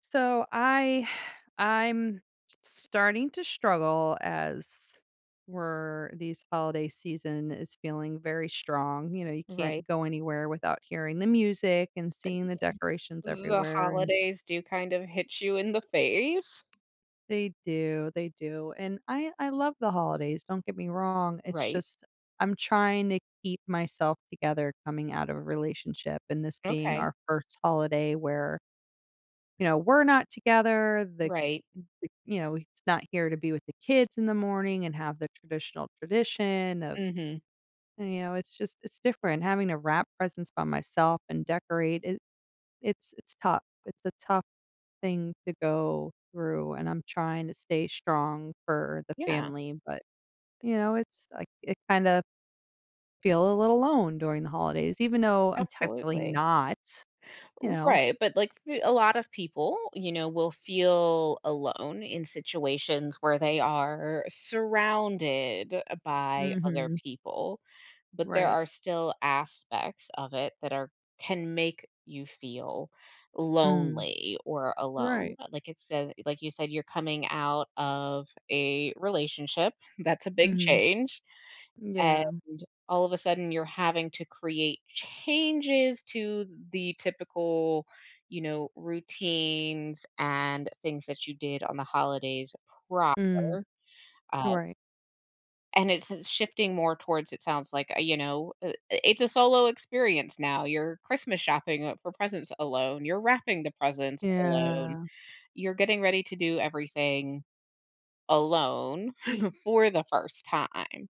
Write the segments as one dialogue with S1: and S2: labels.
S1: So I'm starting to struggle as we're these holiday season is feeling very strong. You know, you can't
S2: Right.
S1: go anywhere without hearing the music and seeing the decorations
S2: The
S1: everywhere. And
S2: holidays do kind of hit you in the face.
S1: they do, they do. And I love the holidays, don't get me wrong. It's
S2: Right.
S1: just I'm trying to keep myself together coming out of a relationship and this being
S2: Okay.
S1: our first holiday where we're not together.
S2: Right.
S1: He's not here to be with the kids in the morning and have the tradition of
S2: Mhm.
S1: it's just it's different. Having to wrap presents by myself and decorate it. It's tough. It's a tough thing to go through, and I'm trying to stay strong for the
S2: Yeah,
S1: family, but it's like, it kind of feel a little alone during the holidays, even though I'm technically
S2: absolutely.
S1: not, you know.
S2: Right, but, like, f a lot of people, you know, will feel alone in situations where they are surrounded by other
S1: Mhm.
S2: people, but there
S1: Right.
S2: are still aspects of it that are can make you feel
S1: Mm.
S2: lonely or alone.
S1: Right.
S2: Like you said, you're coming out of a relationship. That's a big
S1: Mhm.
S2: change. And
S1: Yeah.
S2: all of a sudden you're having to create changes to the typical, you know, routines and things that you did on the holidays prior.
S1: Mm.
S2: uh,
S1: Right.
S2: and it's shifting more towards, it sounds like, you know, it's a solo experience now. You're Christmas shopping, for presents alone, you're wrapping the presents alone,
S1: Yeah.
S2: you're getting ready to do everything alone for the first time.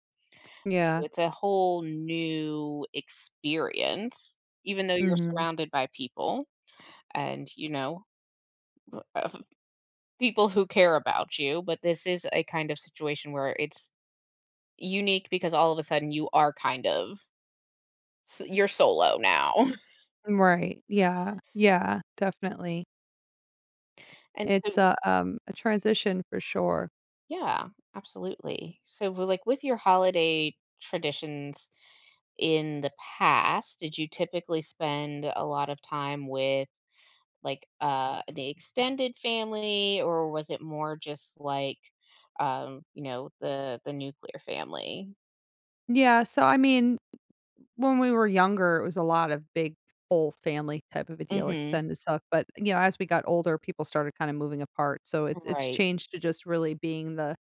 S1: Yeah.
S2: So it's a whole new experience, even though you're
S1: Mhm.
S2: surrounded by people and, you know, of people who care about you, but this is a kind of situation where it's unique because all of a sudden you are kind of S you're solo now.
S1: Right. Yeah. Yeah, definitely.
S2: And
S1: It's
S2: so
S1: a transition for sure.
S2: yeah, absolutely. So, we like, with your holiday traditions in the past, did you typically spend a lot of time with, like, the extended family, or was it more just like, you know, the nuclear family?
S1: Yeah, so, I mean, when we were younger, it was a lot of big whole family type of a deal,
S2: Mhm.
S1: extended stuff, but, you know, as we got older, people started kinda moving apart, so it's
S2: Right.
S1: changed to just really being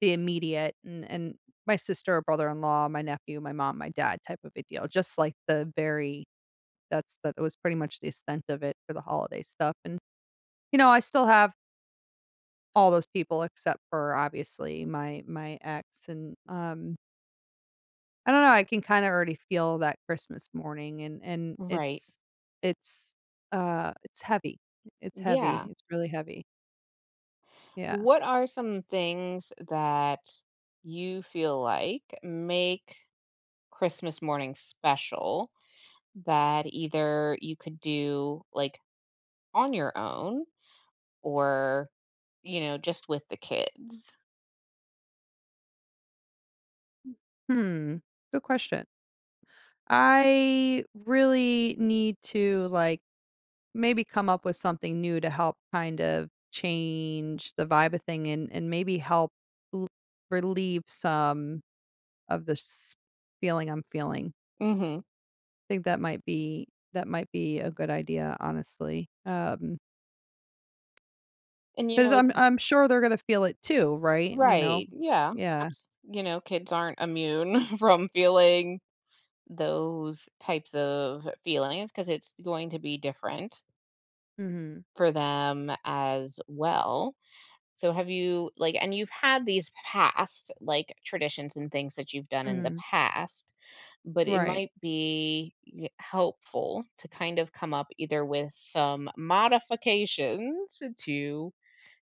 S1: the immediate and my sister, brother-in-law, my nephew, my mom, my dad type of a deal, just like the very that's that was pretty much the extent of it for the holiday stuff, and, you know, I still have all those people except for obviously my ex. And I don't know, I can kind of already feel that Christmas morning, and
S2: Right.
S1: it's it's heavy. It's heavy.
S2: Yeah.
S1: It's really heavy. Yeah.
S2: What are some things that you feel like make Christmas morning special that either you could do, like, on your own or, you know, just with the kids.
S1: Hmm. Good question. I really need to, like, maybe come up with something new to help kind of change the vibe of thing, and maybe help l- relieve some of this feeling I'm feeling.
S2: Mhm.
S1: Think that might be a good idea, honestly.
S2: And, you
S1: Because
S2: know,
S1: I 'cause
S2: it's
S1: I'm sure they're gonna feel it too, right? You know?
S2: right, yeah,
S1: Yeah.
S2: abs you know, kids aren't immune from feeling those types of feelings because it's going to be different
S1: Mhm.
S2: for them as well. So have you and you've had these past, like, traditions and things that you've done in the
S1: Mhm.
S2: past. But it
S1: Right.
S2: might be y helpful to kind of come up either with some modifications to,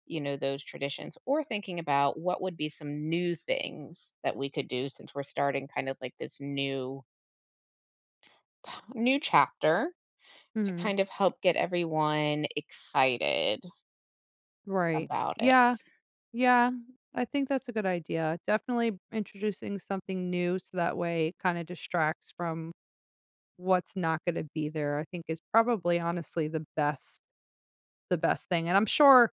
S2: you know, those traditions or thinking about what would be some new things that we could do since we're starting kind of like this new chapter to
S1: Mhm.
S2: kind of help get everyone excited
S1: Right.
S2: about it?
S1: Yeah. Yeah. I think that's a good idea. Definitely introducing something new so that way it kinda distracts from what's not gonna be there, I think is probably honestly the best thing, and I'm sure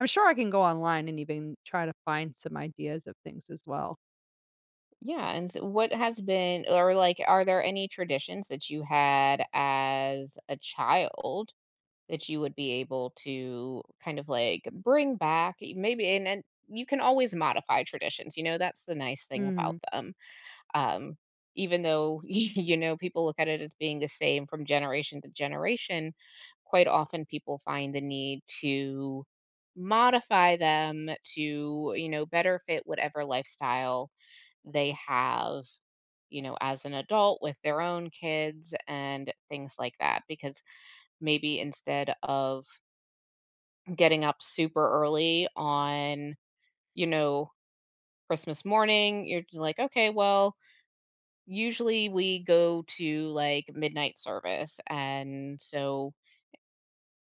S1: I'm sure I can go online and even try to find some ideas of things as well.
S2: Yeah, and so what has been or, like, are there any traditions that you had as a child that you would be able to kind of, like, bring back? Maybe, and you can always modify traditions, you know, that's the nice thing about
S1: Mhm.
S2: them. Um, even though, you know, people look at it as being the same from generation to generation, quite often people find the need to modify them to, you know, better fit whatever lifestyle they have, you know, as an adult with their own kids and things like that. Because maybe instead of getting up super early on, you know, Christmas morning, you're like, okay, well, usually we go to, like, midnight service, and so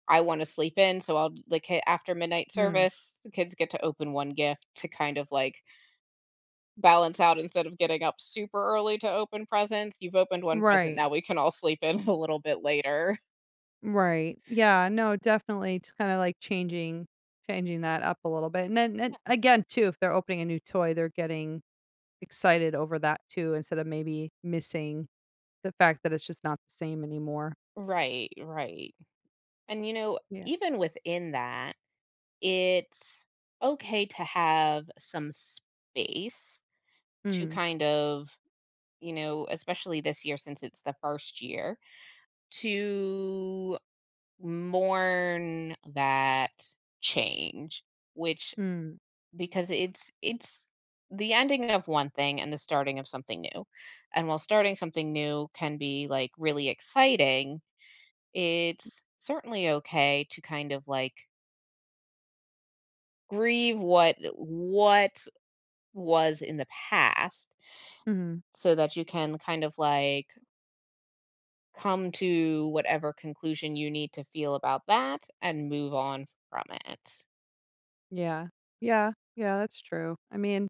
S2: I wanna sleep in, so I'll like, hit after midnight
S1: Mm.
S2: service, the kids get to open 1 gift to kind of, like, balance out instead of getting up super early to open presents. You've opened 1 present,
S1: Right,
S2: now we can all sleep in a little bit later.
S1: right. Yeah, no, definitely just kinda, like, changing that up a little bit, and then and again, too, if they're opening a new toy, they're getting excited over that too, instead of maybe missing the fact that it's just not the same anymore.
S2: Right, right. And, you know,
S1: Yeah.
S2: even within that, it's okay to have some space to
S1: Mm,
S2: kind of, you know, especially this year since it's the 1st year to mourn that change, which,
S1: mm,
S2: because it's the ending of one thing and the starting of something new, and while starting something new can be like really exciting, it's certainly okay to kind of like grieve what was in the past
S1: mhm.
S2: so that you can kind of like come to whatever conclusion you need to feel about that and move on from it.
S1: Yeah. Yeah, yeah, that's true. I mean,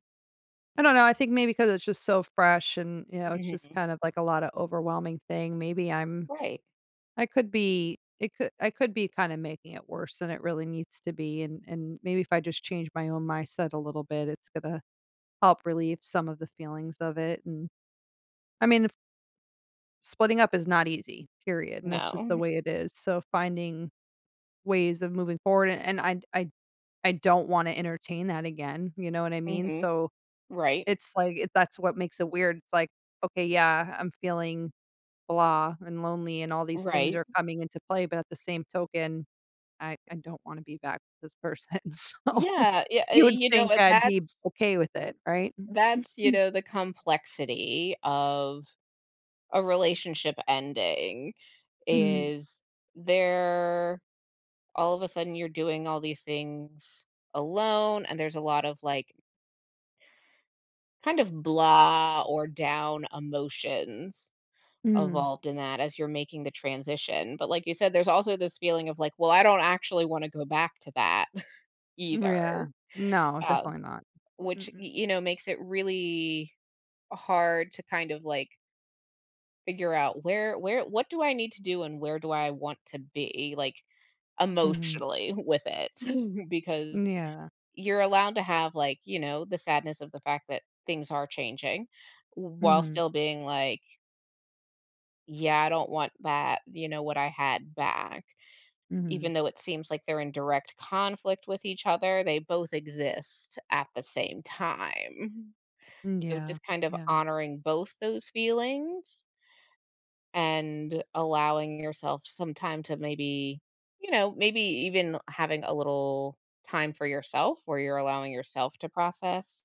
S1: I don't know, I think maybe because it's just so fresh, and, you know, it's just
S2: Mhm.
S1: kind of like a lot of overwhelming thing, maybe
S2: Right.
S1: I could be kinda making it worse than it really needs to be, and maybe if I just change my own mindset a little bit, it's gonna help relieve some of the feelings of it. And I mean, if splitting up is not easy, period, and that's just
S2: No.
S1: the way it is, so finding ways of moving forward. And I don't wanna entertain that again, you know what I mean?
S2: Mhm.
S1: So,
S2: Right.
S1: it's like it that's what makes it weird, it's like, "Okay, yeah, I'm feeling blah and lonely and all these things
S2: Right.
S1: are coming into play," but at the same token I don't wanna be back with this person, so
S2: Yeah, yeah,
S1: you would
S2: you know
S1: think
S2: what,
S1: I'd be okay with it, right?
S2: you know, the complexity of a relationship ending
S1: Mm,
S2: is there all of a sudden you're doing all these things alone, and there's a lot of, like, kind of blah or down emotions
S1: mm,
S2: involved in that as you're making the transition, but like you said, there's also this feeling of like, "Well, I don't actually wanna go back to that
S1: yeah.
S2: either."
S1: No,
S2: uh,
S1: definitely not.
S2: which
S1: Mm-mm.
S2: you know makes it really hard to kind of like figure out where what do I need to do and where do I want to be, like,
S1: Mhm.
S2: emotionally with it, because
S1: Yeah.
S2: you're allowed to have, like, you know, the sadness of the fact that things are changing while
S1: Mhm,
S2: still being like, yeah, I don't want, that you know, what I had back,
S1: mhm.
S2: even though it seems like they're in direct conflict with each other, they both exist at the same time. So
S1: Yeah,
S2: just kind of
S1: yeah.
S2: honoring both those feelings and allowing yourself some time to maybe, you know, maybe even having a little time for yourself where you're allowing yourself to process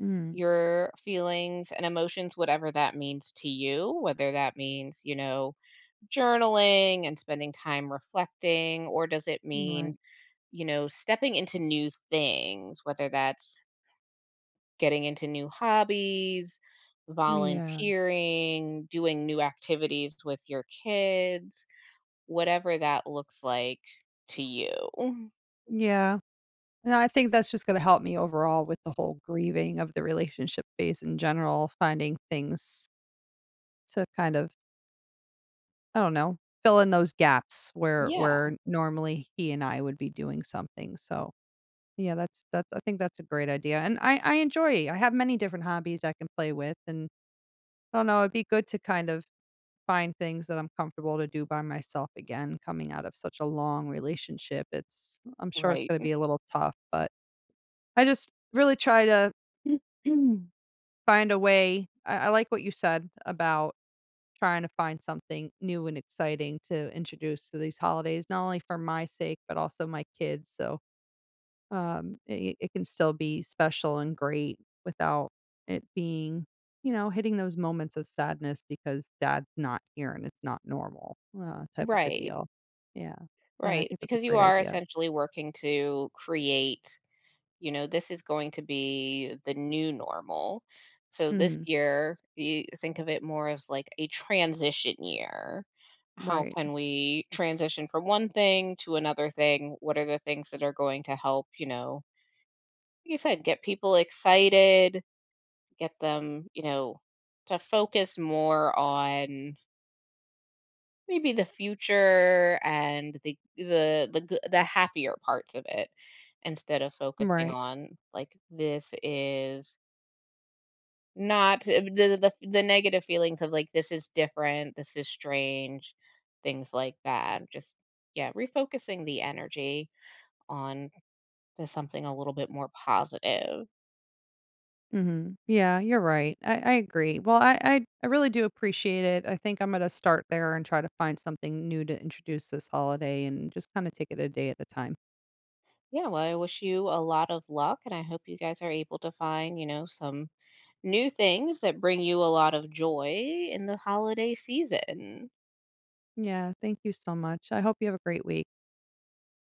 S1: Mm,
S2: your feelings and emotions, whatever that means to you, whether that means, you know, journaling and spending time reflecting, or does it mean,
S1: right.
S2: you know, stepping into new things, whether that's getting into new hobbies,
S1: Yeah.
S2: volunteering, doing new activities with your kids, whatever that looks like to you.
S1: Yeah, and I think that's just gonna help me overall with the whole grieving of the relationship phase in general, finding things to kind of, I don't know, fill in those gaps
S2: Yeah,
S1: where normally he and I would be doing something. So yeah, that's I think that's a great idea, and I have many different hobbies I can play with, and I don't know, it'd be good to kind of find things that I'm comfortable to do by myself again, coming out of such a long relationship. It's I'm sure it's
S2: right,
S1: gonna be a little tough, but I just really try to find a way. I like what you said about trying to find something new and exciting to introduce to these holidays, not only for my sake, but also my kids. So it it can still be special and great without it being, you know, hitting those moments of sadness because dad's not here and it's not normal, type of a
S2: right,
S1: deal. Yeah. Yeah, I
S2: right.
S1: think that's a
S2: Because you
S1: great
S2: are
S1: idea.
S2: essentially working to create, you know, this is going to be the new normal. So this
S1: Mhm.
S2: year, you think of it more as like a transition year. How
S1: Right.
S2: can we transition from one thing to another thing? What are the things that are going to help, you know, like you said, get people excited, get them, you know, to focus more on maybe the future and the the happier parts of it instead of focusing
S1: Right.
S2: on like this is Not the negative feelings of, like, "This is different, this is strange," things like that. Just yeah, refocusing the energy on to something a little bit more positive.
S1: Mhm. Yeah, you're right. I agree. Well, I really do appreciate it. I think I'm gonna start there and try to find something new to introduce this holiday and just kinda take it a day at a time.
S2: Yeah, well, I wish you a lot of luck, and I hope you guys are able to find, you know, some new things that bring you a lot of joy in the holiday season.
S1: Yeah, thank you so much. I hope you have a great week.